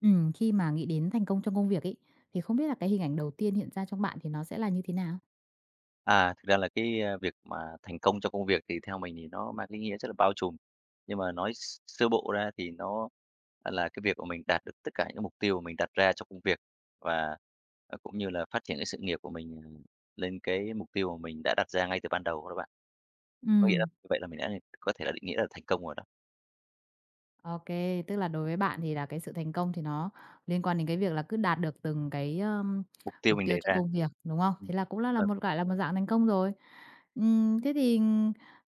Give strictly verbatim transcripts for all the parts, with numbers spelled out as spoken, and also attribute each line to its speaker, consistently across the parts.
Speaker 1: Ừm, khi mà nghĩ đến thành công trong công việc ấy, thì không biết là cái hình ảnh đầu tiên hiện ra trong bạn thì nó sẽ là như thế nào?
Speaker 2: À, thực ra là cái, a, việc mà thành công trong công việc thì theo mình thì nó mang cái nghĩa rất là bao trùm. Nhưng mà nói s sơ bộ ra thì nó, à, là cái việc của mình đạt được tất cả những mục tiêu mà mình đặt ra trong công việc và, à, cũng như là phát triển cái sự nghiệp của mình, ờ, lên cái mục tiêu mà mình đã đặt ra ngay từ ban đầu đó bạn. Có nghĩa là
Speaker 1: Ừ,
Speaker 2: như vậy là mình đã có thể là định nghĩa là thành công rồi đó,
Speaker 1: OK, tức là đối với bạn thì là cái sự thành công thì nó liên quan đến cái việc là cứ đạt được từng cái, ờm,
Speaker 2: mục tiêu
Speaker 1: mục
Speaker 2: mình
Speaker 1: tiêu
Speaker 2: đề
Speaker 1: trong
Speaker 2: ra.
Speaker 1: công việc, đúng không? Thế là cũng là là
Speaker 2: Ừm.
Speaker 1: một gọi là một dạng thành công rồi. Ừm, thế thì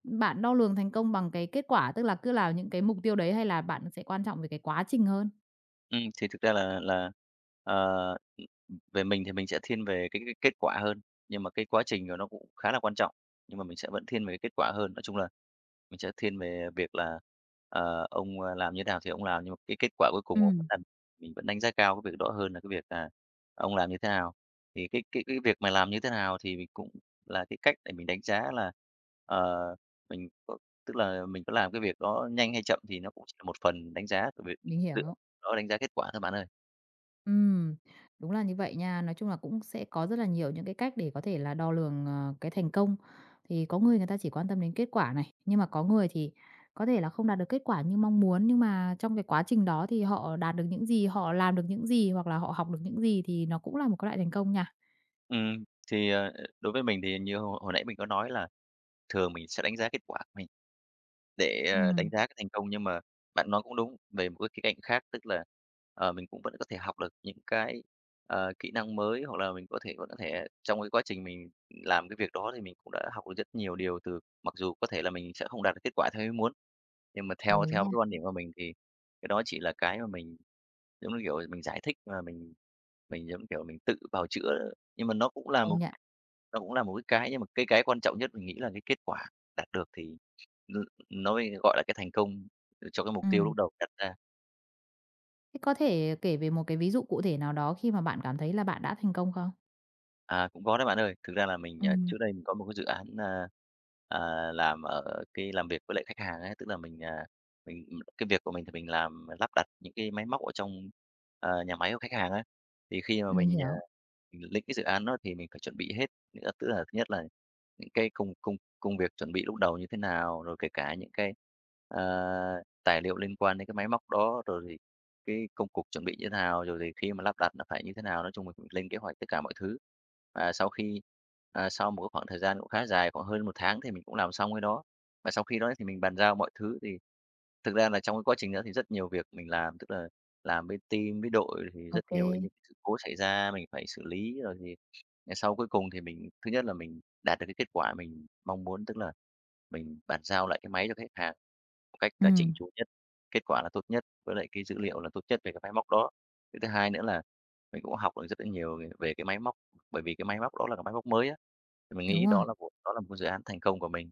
Speaker 1: bạn đo lường thành công bằng cái kết quả, tức là cứ là những cái mục tiêu đấy hay là bạn sẽ quan trọng về cái quá trình hơn?
Speaker 2: Ừm, thì thực ra là là, ờ, về mình thì mình sẽ thiên về cái cái kết quả hơn, nhưng mà cái quá trình của nó cũng khá là quan trọng, nhưng mà mình sẽ vẫn thiên về cái kết quả hơn. Nói chung là mình sẽ thiên về việc là, ờ, ông, a, làm như thế nào thì ông làm, nhưng mà cái kết quả cuối cùng
Speaker 1: Ừ,
Speaker 2: ông vẫn làm mình vẫn đánh giá cao cái việc đó hơn là cái việc là ông làm như thế nào. Thì cái cái cái việc mà làm như thế nào thì mình cũng là cái cách để mình đánh giá là, ờ, mình có tức là mình có làm cái việc đó nhanh hay chậm thì nó cũng chỉ là một phần đánh giá của việc
Speaker 1: mình hiểu.
Speaker 2: đó, đánh giá kết quả thôi bạn ơi.
Speaker 1: Ừm, đúng là như vậy nha. Nói chung là cũng sẽ có rất là nhiều những cái cách để có thể là đo lường, ờ, cái thành công. Thì có người người ta chỉ quan tâm đến kết quả này, nhưng mà có người thì có thể là không đạt được kết quả như mong muốn, nhưng mà trong cái quá trình đó thì họ đạt được những gì, họ làm được những gì hoặc là họ học được những gì thì nó cũng là một cái loại thành công nha.
Speaker 2: Ừm, thì, ờ, đối với mình thì như hồi hồi nãy mình có nói là thường mình sẽ đánh giá kết quả của mình để, ờ, đánh
Speaker 1: Ừm,
Speaker 2: giá cái thành công, nhưng mà bạn nói cũng đúng về một cái khía cạnh khác, tức là, ờ, mình cũng vẫn có thể học được những cái, ờ, kỹ năng mới, hoặc là mình có thể vẫn có thể trong cái quá trình mình làm cái việc đó thì mình cũng đã học được rất nhiều điều từ mặc dù có thể là mình sẽ không đạt được kết quả theo ý muốn. Nhưng mà
Speaker 1: đồng
Speaker 2: theo
Speaker 1: ý
Speaker 2: theo
Speaker 1: nha,
Speaker 2: cái quan điểm của mình thì cái đó chỉ là cái mà mình, giống như kiểu, mình giải thích và mình mình, giống kiểu, mình tự bào chữa nhưng mà nó cũng là một
Speaker 1: công nhận.
Speaker 2: nó cũng là một cái cái nhưng mà cái cái quan trọng nhất mình nghĩ là cái kết quả đạt được thì n nó mới gọi là cái thành công cho cái mục tiêu lúc
Speaker 1: Ừm.
Speaker 2: đầu đặt ra.
Speaker 1: Thế có thể kể về một cái ví dụ cụ thể nào đó khi mà bạn cảm thấy là bạn đã thành công không?
Speaker 2: À, cũng có đấy bạn ơi. Thực ra là mình, à,
Speaker 1: Ừm,
Speaker 2: trước đây mình có một cái dự án, a, à, làm ở cái làm việc với lại khách hàng ấy, tức là mình, à, mình cái việc của mình thì mình làm lắp đặt những cái máy móc ở trong, ờ, nhà máy của khách hàng ấy. Thì khi mà
Speaker 1: mình
Speaker 2: mình, à,
Speaker 1: hiểu.
Speaker 2: mình lĩnh cái dự án đó thì mình phải chuẩn bị hết, nghĩa tức là thứ nhất là những cái công công công việc chuẩn bị lúc đầu như thế nào, rồi kể cả những cái, ờ, tài liệu liên quan đến cái máy móc đó, rồi cái công cuộc chuẩn bị như thế nào, rồi thì khi mà lắp đặt nó phải như thế nào. Nói chung mình cũng lên kế hoạch tất cả mọi thứ. Và sau khi à, sau một cái khoảng thời gian cũng khá dài, khoảng hơn một tháng thì mình cũng làm xong cái đó. Và sau khi đó thì mình bàn giao mọi thứ thì thực ra là trong cái quá trình đó thì rất nhiều việc mình làm, tức là làm với team, với đội thì rất
Speaker 1: Ok. Kê.
Speaker 2: nhiều những cái sự cố xảy ra mình phải xử lý. Rồi thì ngày sau cuối cùng thì mình thứ nhất là mình đạt được cái kết quả mình mong muốn, tức là mình bàn giao lại cái máy cho khách hàng một cách là chỉnh
Speaker 1: Ừm,
Speaker 2: chu nhất, kết quả là tốt nhất, với lại cái dữ liệu là tốt nhất về cái máy móc đó. Cái thứ hai nữa là mình cũng học được rất là nhiều về về cái máy móc, bởi vì cái máy móc đó là cái máy móc mới á, thì mình nghĩ
Speaker 1: đúng rồi.
Speaker 2: đó là một đó là một dự án thành công của mình.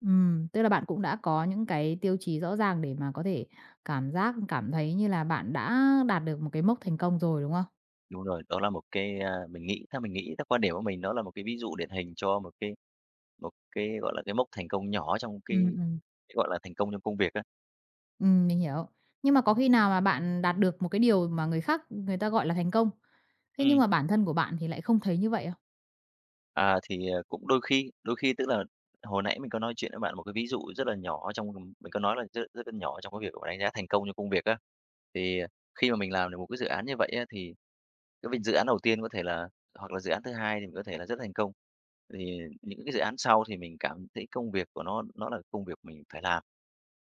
Speaker 1: Ừm, tức là bạn cũng đã có những cái tiêu chí rõ ràng để mà có thể cảm giác cảm thấy như là bạn đã đạt được một cái mốc thành công rồi, đúng không?
Speaker 2: Đúng rồi, đó là một cái, a, mình nghĩ theo mình nghĩ, theo quan điểm của mình đó là một cái ví dụ điển hình cho một cái một cái, gọi là, cái mốc thành công nhỏ trong
Speaker 1: Ừm,
Speaker 2: cái
Speaker 1: ừm,
Speaker 2: cái, gọi là, thành công trong công việc á.
Speaker 1: ừm, mình hiểu. Nhưng mà có khi nào mà bạn đạt được một cái điều mà người khác người ta gọi là thành công, thế nhưng
Speaker 2: Ừm.
Speaker 1: mà bản thân của bạn thì lại không thấy như vậy không?
Speaker 2: À, thì, ờ, cũng đôi khi, đôi khi tức là hồi nãy mình có nói chuyện với bạn một cái ví dụ rất là nhỏ trong mình có nói là rất rất là nhỏ trong cái việc, gọi đánh giá thành công trong công việc á. Thì ờ, khi mà mình làm được một cái dự án như vậy á, thì cái việc dự án đầu tiên có thể là hoặc là dự án thứ hai thì mình có thể là rất thành công. Thì những cái dự án sau thì mình cảm thấy công việc của nó nó là công việc mình phải làm.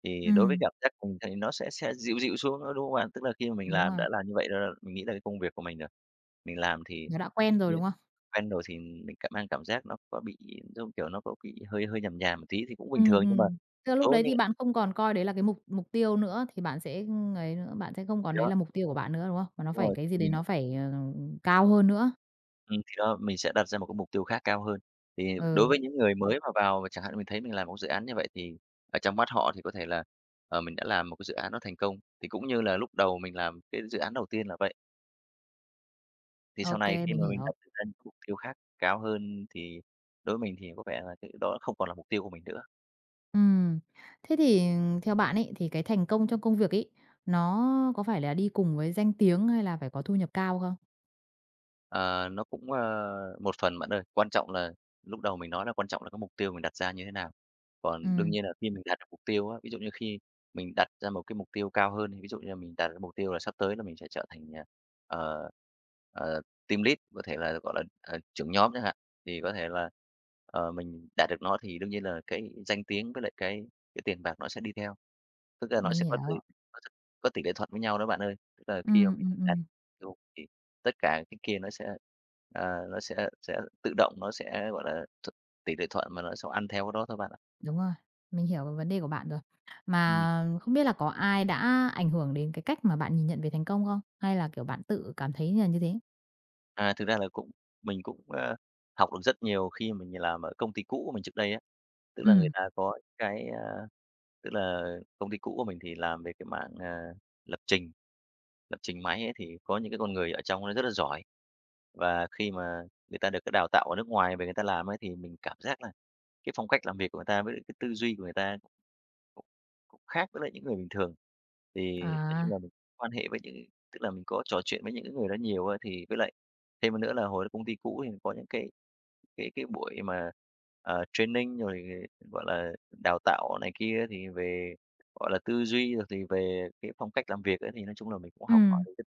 Speaker 2: Thì đối với
Speaker 1: Ừm,
Speaker 2: cảm giác của mình thì nó sẽ sẽ dịu dịu xuống đó đúng không bạn? Tức là khi mà mình
Speaker 1: đúng
Speaker 2: làm
Speaker 1: rồi,
Speaker 2: đã làm như vậy rồi mình nghĩ là cái công việc của mình rồi, mình làm thì
Speaker 1: nó đã quen rồi, đúng không?
Speaker 2: quen rồi thì mình cảm mang cảm giác nó có bị giống kiểu, nó có bị hơi hơi nhàm nhàm một tí thì cũng bình
Speaker 1: Ừm,
Speaker 2: thường, nhưng mà
Speaker 1: ừm, tức là lúc
Speaker 2: số
Speaker 1: đấy
Speaker 2: những
Speaker 1: thì bạn không còn coi đấy là cái mục mục tiêu nữa thì bạn sẽ, ưm, ấy nữa, bạn sẽ không
Speaker 2: thì
Speaker 1: còn đấy
Speaker 2: đó,
Speaker 1: là mục tiêu của bạn nữa, đúng không? Mà nó
Speaker 2: đúng
Speaker 1: phải
Speaker 2: rồi,
Speaker 1: cái
Speaker 2: thì
Speaker 1: gì đấy
Speaker 2: mình
Speaker 1: nó phải, ờ, cao hơn nữa.
Speaker 2: ừm, thì đó, mình sẽ đặt ra một cái mục tiêu khác cao hơn. Thì đối
Speaker 1: Ừ,
Speaker 2: với những người mới mà vào mà chẳng hạn mình thấy mình làm một dự án như vậy thì ở trong mắt họ thì có thể là, ờ, mình đã làm một cái dự án nó thành công, thì cũng như là lúc đầu mình làm cái dự án đầu tiên là vậy. Thì sau
Speaker 1: ô
Speaker 2: này khi
Speaker 1: mình
Speaker 2: mà mình đặt
Speaker 1: hiểu.
Speaker 2: ra những cái mục tiêu khác cao hơn thì đối với mình thì có vẻ là cái đó không còn là mục tiêu của mình nữa.
Speaker 1: Ừm, thế thì theo bạn ấy, thì cái thành công trong công việc ấy, nó có phải là đi cùng với danh tiếng hay là phải có thu nhập cao không?
Speaker 2: Ờ, nó cũng, ờ, một phần bạn ơi. Quan trọng là lúc đầu mình nói là quan trọng là cái mục tiêu mình đặt ra như thế nào.
Speaker 1: Ừ,
Speaker 2: Còn đương nhiên là khi mình đạt được mục tiêu á, ví dụ như khi mình đặt ra một cái mục tiêu cao hơn, ví dụ như là mình đạt được mục tiêu là sắp tới là mình sẽ trở thành, à, ờ, ờ, team lead, có thể là, gọi là, ờ, trưởng nhóm chẳng hạn, thì có thể là, ờ, mình đạt được nó thì đương nhiên là cái danh tiếng với lại cái cái tiền bạc nó sẽ đi theo. Tức là nó
Speaker 1: mình
Speaker 2: sẽ có tỷ
Speaker 1: hiểu.
Speaker 2: có có tỷ lệ thuận với nhau đó bạn ơi. Tức là
Speaker 1: Ừ,
Speaker 2: khi mà mình
Speaker 1: ừm,
Speaker 2: đạt
Speaker 1: ừm,
Speaker 2: được mục tiêu thì tất cả cái kia nó sẽ, ờ, nó sẽ sẽ tự động nó sẽ, gọi là, th tỷ lệ thuận mà nó sẽ ăn theo cái đó thôi bạn ạ.
Speaker 1: đúng rồi, mình hiểu cái vấn đề của bạn rồi.
Speaker 2: Ừm,
Speaker 1: Mà không biết là có ai đã ảnh hưởng đến cái cách mà bạn nhìn nhận về thành công không? Hay là, kiểu, bạn tự cảm thấy là như thế?
Speaker 2: à, thực ra là cũng mình cũng, ơ, học được rất nhiều khi mình làm ở công ty cũ của mình trước đây á. Tức là người
Speaker 1: Ừ,
Speaker 2: ta có cái, a tức là công ty cũ của mình thì làm về cái mảng, à, lập trình, lập trình máy ấy, thì có những cái con người ở trong nó rất là giỏi. Và khi mà người ta được cái đào tạo ở nước ngoài về người ta làm ấy, thì mình cảm giác là cái phong cách làm việc của người ta với cái tư duy của người ta. Cũng cũng khác với lại những người bình thường. Thì nói
Speaker 1: à,
Speaker 2: chung là mình quan hệ với những tức là mình có trò chuyện với những cái người đó nhiều á, thì với lại thêm một nữa là hồi công ty cũ thì có những cái cái cái buổi mà, ờ, training rồi, gọi là, đào tạo này kia thì về, gọi là, tư duy rồi thì về cái phong cách làm việc ấy, thì nói chung là mình cũng học hỏi
Speaker 1: ừ,
Speaker 2: được rất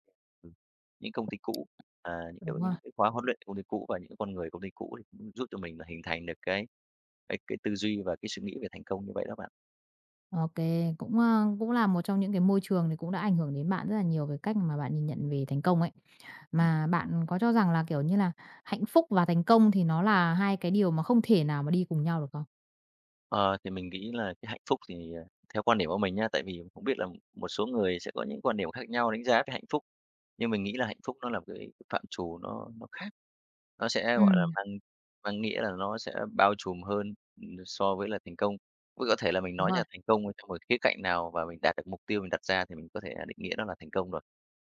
Speaker 2: ừm, những công ty cũ, à, những cái
Speaker 1: đúng rồi,
Speaker 2: những cái khóa huấn luyện của công ty cũ và những con người công ty cũ thì cũng giúp cho mình là hình thành được cái cái cái tư duy và cái suy nghĩ về thành công như vậy đó bạn.
Speaker 1: ok, cũng, ơ, cũng là một trong những cái môi trường thì cũng đã ảnh hưởng đến bạn rất là nhiều về cách mà bạn nhìn nhận về thành công ấy.
Speaker 2: Ừ.
Speaker 1: Mà bạn có cho rằng là, kiểu như là, hạnh phúc và thành công thì nó là hai cái điều mà không thể nào mà đi cùng nhau được không?
Speaker 2: Ờ, thì mình nghĩ là cái hạnh phúc thì, ờ, theo quan điểm của mình nha, tại vì không biết là một số người sẽ có những quan điểm khác nhau đánh giá về hạnh phúc. Nhưng mình nghĩ là hạnh phúc nó là cái phạm trù nó nó khác, nó sẽ, gọi là,
Speaker 1: Ừm,
Speaker 2: mang mang nghĩa là nó sẽ bao trùm hơn, ừm, so với là thành công. Cũng có thể là mình
Speaker 1: đúng
Speaker 2: nói
Speaker 1: rồi.
Speaker 2: là thành công ở trong một khía cạnh nào và mình đạt được mục tiêu mình đặt ra thì mình có thể là định nghĩa nó là thành công rồi.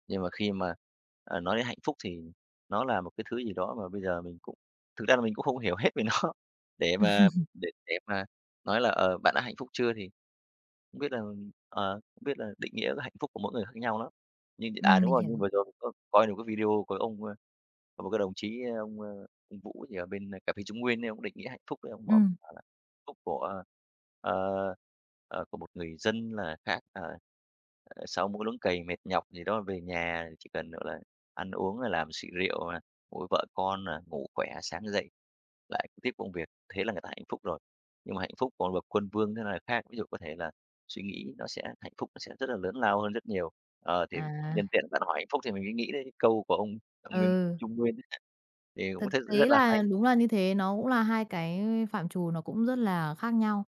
Speaker 2: Nhưng mà khi mà, ờ, nói đến hạnh phúc thì nó là một cái thứ gì đó mà bây giờ mình cũng thực ra là mình cũng không hiểu hết về nó, để mà để để mà nói là, ờ, bạn đã hạnh phúc chưa thì không biết là, ờ, không biết là định nghĩa cái hạnh phúc của mỗi người khác nhau lắm. Nhưng à,
Speaker 1: Ừm,
Speaker 2: đúng
Speaker 1: mình
Speaker 2: rồi,
Speaker 1: hiểu
Speaker 2: nhưng
Speaker 1: rồi.
Speaker 2: vừa rồi mình có coi được cái video của ông, ơ, có một cái đồng chí, ơ, ông, ơ, ông Vũ gì ở bên ờ, cà phê Trung Nguyên ấy, ông định nghĩa hạnh phúc ấy, ông bảo
Speaker 1: Ừm.
Speaker 2: bảo là hạnh phúc của, ờ, ờ, của một người dân là khác ờ, ờ, sau mỗi luống cày mệt nhọc gì đó về nhà chỉ cần, gọi là, ăn uống, là làm xị rượu nè, nuôi vợ con nè, ngủ khỏe, sáng dậy lại tiếp công việc, thế là người ta hạnh phúc rồi. Nhưng mà hạnh phúc của bậc quân vương thế này là khác, ví dụ có thể là suy nghĩ nó sẽ hạnh phúc nó sẽ rất là lớn lao hơn rất nhiều. Ờ, thì
Speaker 1: À,
Speaker 2: Nhân tiện bạn hỏi hạnh phúc thì mình mới nghĩ đến cái câu của ông ông Nguyên
Speaker 1: ừ,
Speaker 2: Trung Nguyên ấy thì cũng
Speaker 1: thực
Speaker 2: thấy rất
Speaker 1: tế
Speaker 2: là hay.
Speaker 1: là đúng là như thế, nó cũng là hai cái phạm trù nó cũng rất là khác nhau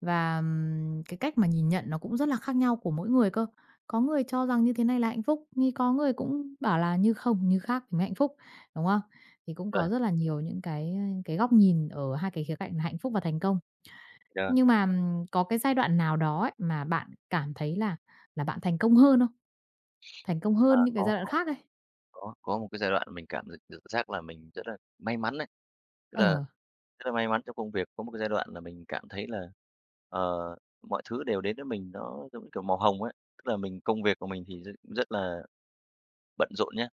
Speaker 1: và, ừm, cái cách mà nhìn nhận nó cũng rất là khác nhau của mỗi người cơ. Có người cho rằng như thế này là hạnh phúc, nhưng có người cũng bảo là như không, như khác thì mới hạnh phúc, đúng không? Thì cũng
Speaker 2: Rồi,
Speaker 1: có rất là nhiều những cái, cái góc nhìn ở hai cái khía cạnh là hạnh phúc và thành công.
Speaker 2: ờ,
Speaker 1: Nhưng mà, ừm, có cái giai đoạn nào đó ấy, mà bạn cảm thấy là là bạn thành công hơn không? Thành công
Speaker 2: ờ,
Speaker 1: hơn những cái
Speaker 2: có
Speaker 1: giai đoạn
Speaker 2: có
Speaker 1: khác ấy?
Speaker 2: có có một cái giai đoạn mình cảm gi được giác là mình rất là may mắn đấy tức là
Speaker 1: Ờ.
Speaker 2: rất là may mắn trong công việc. Có một cái giai đoạn là mình cảm thấy là, ờ, mọi thứ đều đến với mình nó giống như kiểu màu hồng ấy, tức là mình công việc của mình thì rất rất là bận rộn nhá.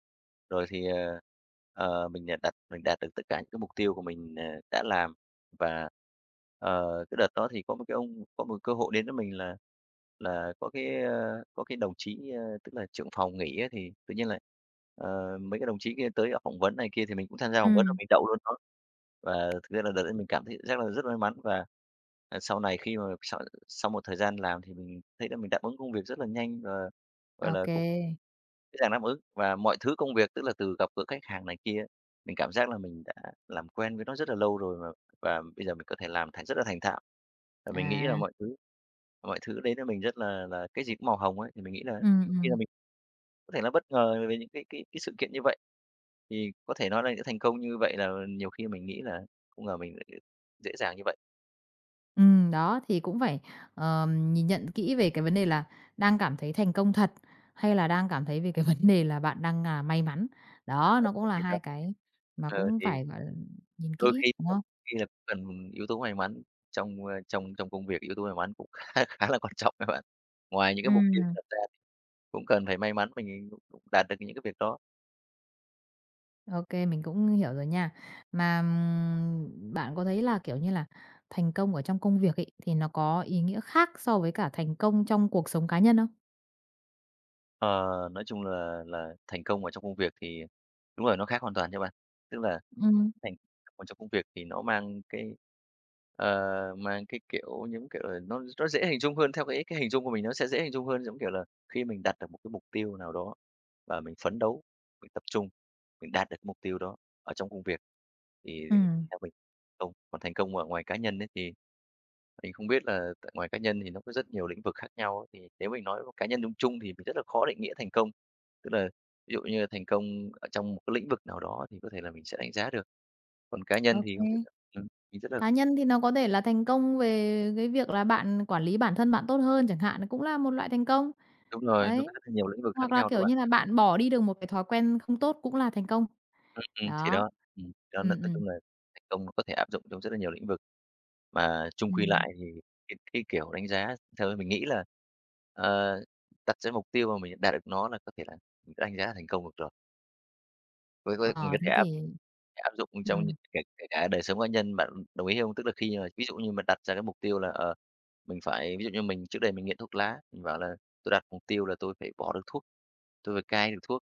Speaker 2: Rồi thì, ờ, ờ, mình, à, đặt mình đạt được tất cả những cái mục tiêu của mình, ờ, đã làm và, ờ, cái đợt đó thì có một cái ông có một cơ hội đến với mình là là có cái, ơ, có cái đồng chí, ơ, tức là trưởng phòng nghỉ á, thì tự nhiên là, ờ, mấy cái đồng chí kia tới phỏng vấn này kia thì mình cũng tham gia phỏng vấn và
Speaker 1: Ừm.
Speaker 2: mình đậu luôn đó. Và thực ra là đợt đấy mình cảm thấy rất là rất may mắn và, à, sau này khi mà sau sau một thời gian làm thì mình thấy là mình đáp ứng công việc rất là nhanh và, gọi
Speaker 1: Ô
Speaker 2: là,
Speaker 1: kê.
Speaker 2: cũng dễ dàng đáp ứng và mọi thứ công việc, tức là từ gặp gỡ khách hàng này kia, mình cảm giác là mình đã làm quen với nó rất là lâu rồi và và bây giờ mình có thể làm thành rất là thành thạo. Và mình nghĩ là
Speaker 1: À,
Speaker 2: mọi thứ mọi thứ đến với mình rất là là cái gì cũng màu hồng ấy, thì mình nghĩ là
Speaker 1: ừm,
Speaker 2: đôi khi là
Speaker 1: ừm.
Speaker 2: mình có thể là bất ngờ về những cái cái cái sự kiện như vậy. Thì có thể nói là những thành công như vậy là nhiều khi mình nghĩ là không ngờ mình lại dễ dàng như vậy.
Speaker 1: Ừm, đó, thì cũng phải, ờm, nhìn nhận kỹ về cái vấn đề là đang cảm thấy thành công thật hay là đang cảm thấy về cái vấn đề là bạn đang, à, may mắn. Đó,
Speaker 2: Ờ,
Speaker 1: nó cũng là
Speaker 2: thì đó,
Speaker 1: hai cái mà
Speaker 2: ờ,
Speaker 1: cũng
Speaker 2: thì
Speaker 1: phải, gọi là, nhìn
Speaker 2: Đôi
Speaker 1: kỹ,
Speaker 2: khi
Speaker 1: đúng không?
Speaker 2: khi là cần yếu tố may mắn trong, ơ, trong trong công việc, yếu tố may mắn cũng khá khá là quan trọng đấy bạn. Ngoài những cái mục tiêu
Speaker 1: Ừm.
Speaker 2: đặt ra thì cũng cần phải may mắn mình cũng cũng đạt được những cái việc đó.
Speaker 1: OK, mình cũng hiểu rồi nha. Mà, ừm, bạn có thấy là, kiểu như là, thành công ở trong công việc ấy, thì nó có ý nghĩa khác so với cả thành công trong cuộc sống cá nhân không?
Speaker 2: Ờ, nói chung là là thành công ở trong công việc thì đúng rồi, nó khác hoàn toàn nha bạn. Tức là
Speaker 1: Ừ,
Speaker 2: Thành Còn trong công việc thì nó mang cái, ờ, mang cái, kiểu, những kiểu là, nó nó dễ hình dung hơn, theo cái cái hình dung của mình nó sẽ dễ hình dung hơn, giống kiểu là, khi mình đặt được một cái mục tiêu nào đó và mình phấn đấu, mình tập trung, mình đạt được cái mục tiêu đó ở trong công việc thì
Speaker 1: ừm,
Speaker 2: theo mình công. Còn thành công ở ngoài cá nhân ấy thì mình không biết là tại ngoài cá nhân thì nó có rất nhiều lĩnh vực khác nhau á, thì nếu mình nói một cá nhân chung chung thì mình rất là khó định nghĩa thành công. Tức là ví dụ như là thành công ở trong một cái lĩnh vực nào đó thì có thể là mình sẽ đánh giá được. Còn cá nhân thì không biết
Speaker 1: OK.
Speaker 2: là ừm, mình rất là
Speaker 1: Cá nhân thì nó có thể là thành công về cái việc là bạn quản lý bản thân bạn tốt hơn chẳng hạn, cũng là một loại thành công.
Speaker 2: đúng rồi, nó
Speaker 1: Đấy,
Speaker 2: có rất là nhiều lĩnh vực khác
Speaker 1: hoặc là,
Speaker 2: nhau đó
Speaker 1: kiểu
Speaker 2: bạn.
Speaker 1: như là, bạn bỏ đi được một cái thói quen không tốt cũng là thành công.
Speaker 2: Ừm, thì
Speaker 1: Đó.
Speaker 2: đó, ừm, đó, n nói
Speaker 1: Ừ, ừ,
Speaker 2: chung là thành công nó có thể áp dụng trong rất là nhiều lĩnh vực. Mà chung
Speaker 1: ừ.
Speaker 2: quy lại thì cái cái kiểu đánh giá theo mình nghĩ là, ờ, đặt ra mục tiêu mà mình đạt được nó là có thể là mình đã đánh giá là thành công được rồi. Với với mình có
Speaker 1: Ờ,
Speaker 2: thể
Speaker 1: thế
Speaker 2: áp
Speaker 1: thì
Speaker 2: áp dụng trong
Speaker 1: ừ,
Speaker 2: những kể kể cả đời sống cá nhân, bạn đồng ý không? Tức là khi mà ví dụ như mình đặt ra cái mục tiêu là, ờ, mình phải ví dụ như mình trước đây mình nghiện thuốc lá, mình bảo là tôi đặt mục tiêu là tôi phải bỏ được thuốc, tôi phải cai được thuốc,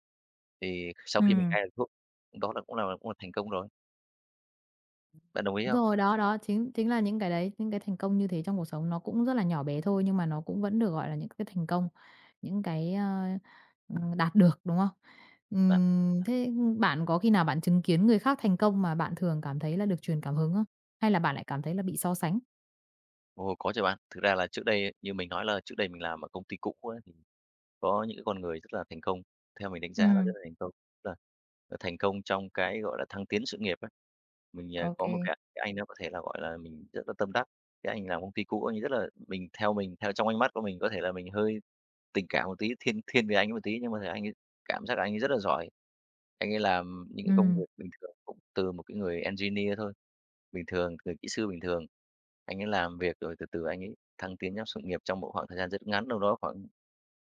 Speaker 2: thì sau
Speaker 1: ừ.
Speaker 2: khi mình cai được thuốc, đó là cũng là cũng là thành công rồi. Bạn đồng ý
Speaker 1: Đúng
Speaker 2: không?
Speaker 1: rồi, đó, đó, chính chính là những cái đấy, những cái thành công như thế trong cuộc sống nó cũng rất là nhỏ bé thôi, nhưng mà nó cũng vẫn được gọi là những cái thành công, những cái, ờ, ừm, đạt được, đúng không? Ừm, thế bạn có khi nào bạn chứng kiến người khác thành công mà bạn thường cảm thấy là được truyền cảm hứng không? Hay là bạn lại cảm thấy là bị so sánh?
Speaker 2: Ồ, có chứ bạn. Thực ra là trước đây như mình nói là trước đây mình làm ở công ty cũ ấy, thì có những cái con người rất là thành công, theo mình đánh giá là rất
Speaker 1: Ừm,
Speaker 2: là thành công, tức là là thành công trong cái, gọi là, thăng tiến sự nghiệp ấy. Mình, à,
Speaker 1: ok
Speaker 2: có
Speaker 1: kê.
Speaker 2: một cái cái anh đó có thể là, gọi là, mình rất là tâm đắc, cái anh làm công ty cũ anh rất là mình theo mình theo trong ánh mắt của mình có thể là mình hơi tình cảm một tí, thiên thiên về anh ấy một tí, nhưng mà thấy anh ấy cảm giác anh ấy rất là giỏi. Anh ấy làm những cái công việc bình thường cũng từ một cái người engineer thôi, bình thường, người kỹ sư bình thường. Anh ấy làm việc rồi từ từ anh ấy thăng tiến trong sự nghiệp trong một khoảng thời gian rất ngắn, đâu đó khoảng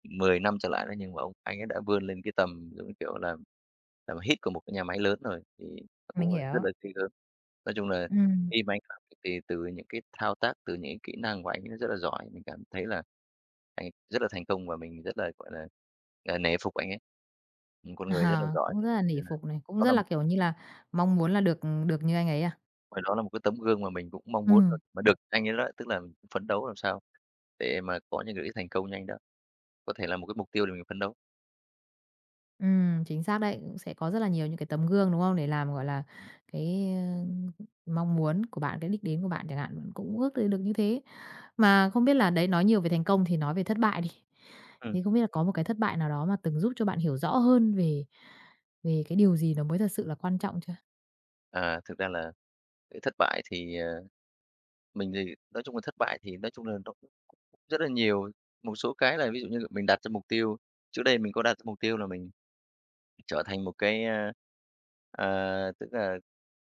Speaker 2: mười năm trở lại đó, nhưng mà ông anh ấy đã vươn lên cái tầm, giống như kiểu là, làm hit của một cái nhà máy lớn rồi, thì nó
Speaker 1: Mình
Speaker 2: cũng là rất
Speaker 1: hiểu.
Speaker 2: là ghê gớm. Nói chung là
Speaker 1: Ừm.
Speaker 2: khi mà anh làm việc thì từ những cái thao tác, từ những cái kỹ năng của anh ấy rất là giỏi, mình cảm thấy là anh rất là thành công và mình rất là, gọi là, à, nể phục anh ấy, một con người rất là
Speaker 1: À,
Speaker 2: giỏi.
Speaker 1: cũng rất là nể
Speaker 2: Nên là
Speaker 1: phục này, cũng
Speaker 2: đó
Speaker 1: rất
Speaker 2: là
Speaker 1: là,
Speaker 2: một
Speaker 1: kiểu như là, mong muốn là được được như anh ấy à?
Speaker 2: Hồi đó là một cái tấm gương mà mình cũng mong muốn là
Speaker 1: Ừm.
Speaker 2: mà được anh ấy đó, tức là mình cũng phấn đấu làm sao để mà có những cái thành công nhanh đó, có thể là một cái mục tiêu để mình phấn đấu.
Speaker 1: Ừm, chính xác đấy, cũng sẽ có rất là nhiều những cái tấm gương, đúng không? Để làm, gọi là, cái, ơ, mong muốn của bạn, cái đích đến của bạn chẳng hạn, bạn cũng ước tới được như thế. Mà không biết là đấy, nói nhiều về thành công thì nói về thất bại đi.
Speaker 2: Ừm,
Speaker 1: Thì không biết là có một cái thất bại nào đó mà từng giúp cho bạn hiểu rõ hơn về về cái điều gì nó mới thật sự là quan trọng chưa?
Speaker 2: à, Thực ra là cái thất bại thì, ờ, mình thì nói chung là thất bại thì nói chung là nó cũng rất là nhiều, một số cái là ví dụ như mình đặt ra mục tiêu, trước đây mình có đặt ra mục tiêu là mình trở thành một cái, a, ờ, tức là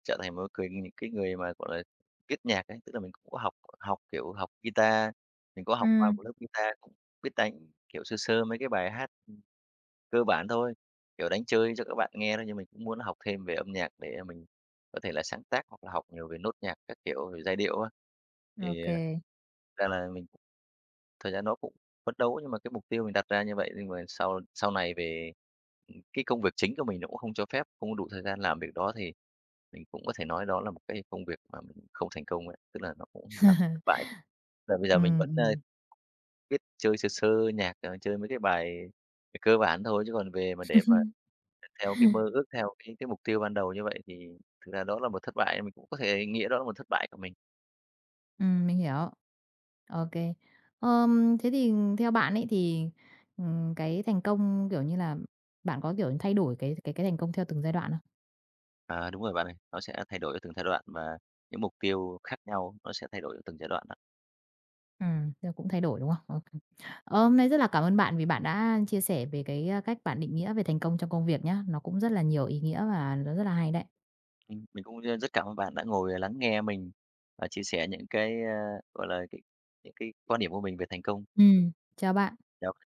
Speaker 2: trở thành một cái những cái người mà, gọi là, viết nhạc ấy, tức là mình cũng có học học, kiểu, học guitar, mình có học qua
Speaker 1: Ừm,
Speaker 2: một lớp guitar, cũng biết đánh, kiểu, sơ sơ mấy cái bài hát cơ bản thôi, kiểu, đánh chơi cho các bạn nghe thôi, nhưng mình cũng muốn học thêm về âm nhạc để mình có thể là sáng tác hoặc là học nhiều về nốt nhạc các kiểu, rồi giai điệu á. Thì,
Speaker 1: ok
Speaker 2: à, ra là mình Thật ra nó cũng Phấn đấu nhưng mà cái mục tiêu mình đặt ra như vậy nhưng mà sau sau này về, ừ, cái công việc chính của mình nó cũng không cho phép, không có đủ thời gian làm việc đó thì mình cũng có thể nói đó là một cái công việc mà mình không thành công ấy, tức là nó cũng là một thất
Speaker 1: kê.
Speaker 2: bại. Là bây giờ mình vẫn, ơ,
Speaker 1: Ừm,
Speaker 2: biết chơi sơ sơ nhạc, ờ, chơi mấy cái bài cơ bản thôi chứ còn về mà để mà theo cái mơ ước, theo cái cái mục tiêu ban đầu như vậy thì thực ra đó là một thất bại, mình cũng có thể nghĩa đó là một thất bại của mình.
Speaker 1: Ừm, mình hiểu. Ok, Ờm, thế thì theo bạn ấy thì, ừm, cái thành công, kiểu như là, bạn có, kiểu, thay đổi cái cái cái thành công theo từng giai đoạn không?
Speaker 2: À, đúng rồi bạn ơi, nó sẽ thay đổi ở từng giai đoạn và những mục tiêu khác nhau nó sẽ thay đổi ở từng giai đoạn ạ.
Speaker 1: Ừm, tức cũng thay đổi, đúng không? Ô ờ, hôm nay rất là cảm ơn bạn vì bạn đã chia sẻ về cái, a, cách bạn định nghĩa về thành công trong công việc nhá. Nó cũng rất là nhiều ý nghĩa và nó rất là hay đấy.
Speaker 2: Ừm, mình cũng, rất cảm ơn bạn đã ngồi ờ, lắng nghe mình và chia sẻ những cái, a, gọi là, cái những cái quan điểm của mình về thành công.
Speaker 1: Ừ, chào bạn.
Speaker 2: Chào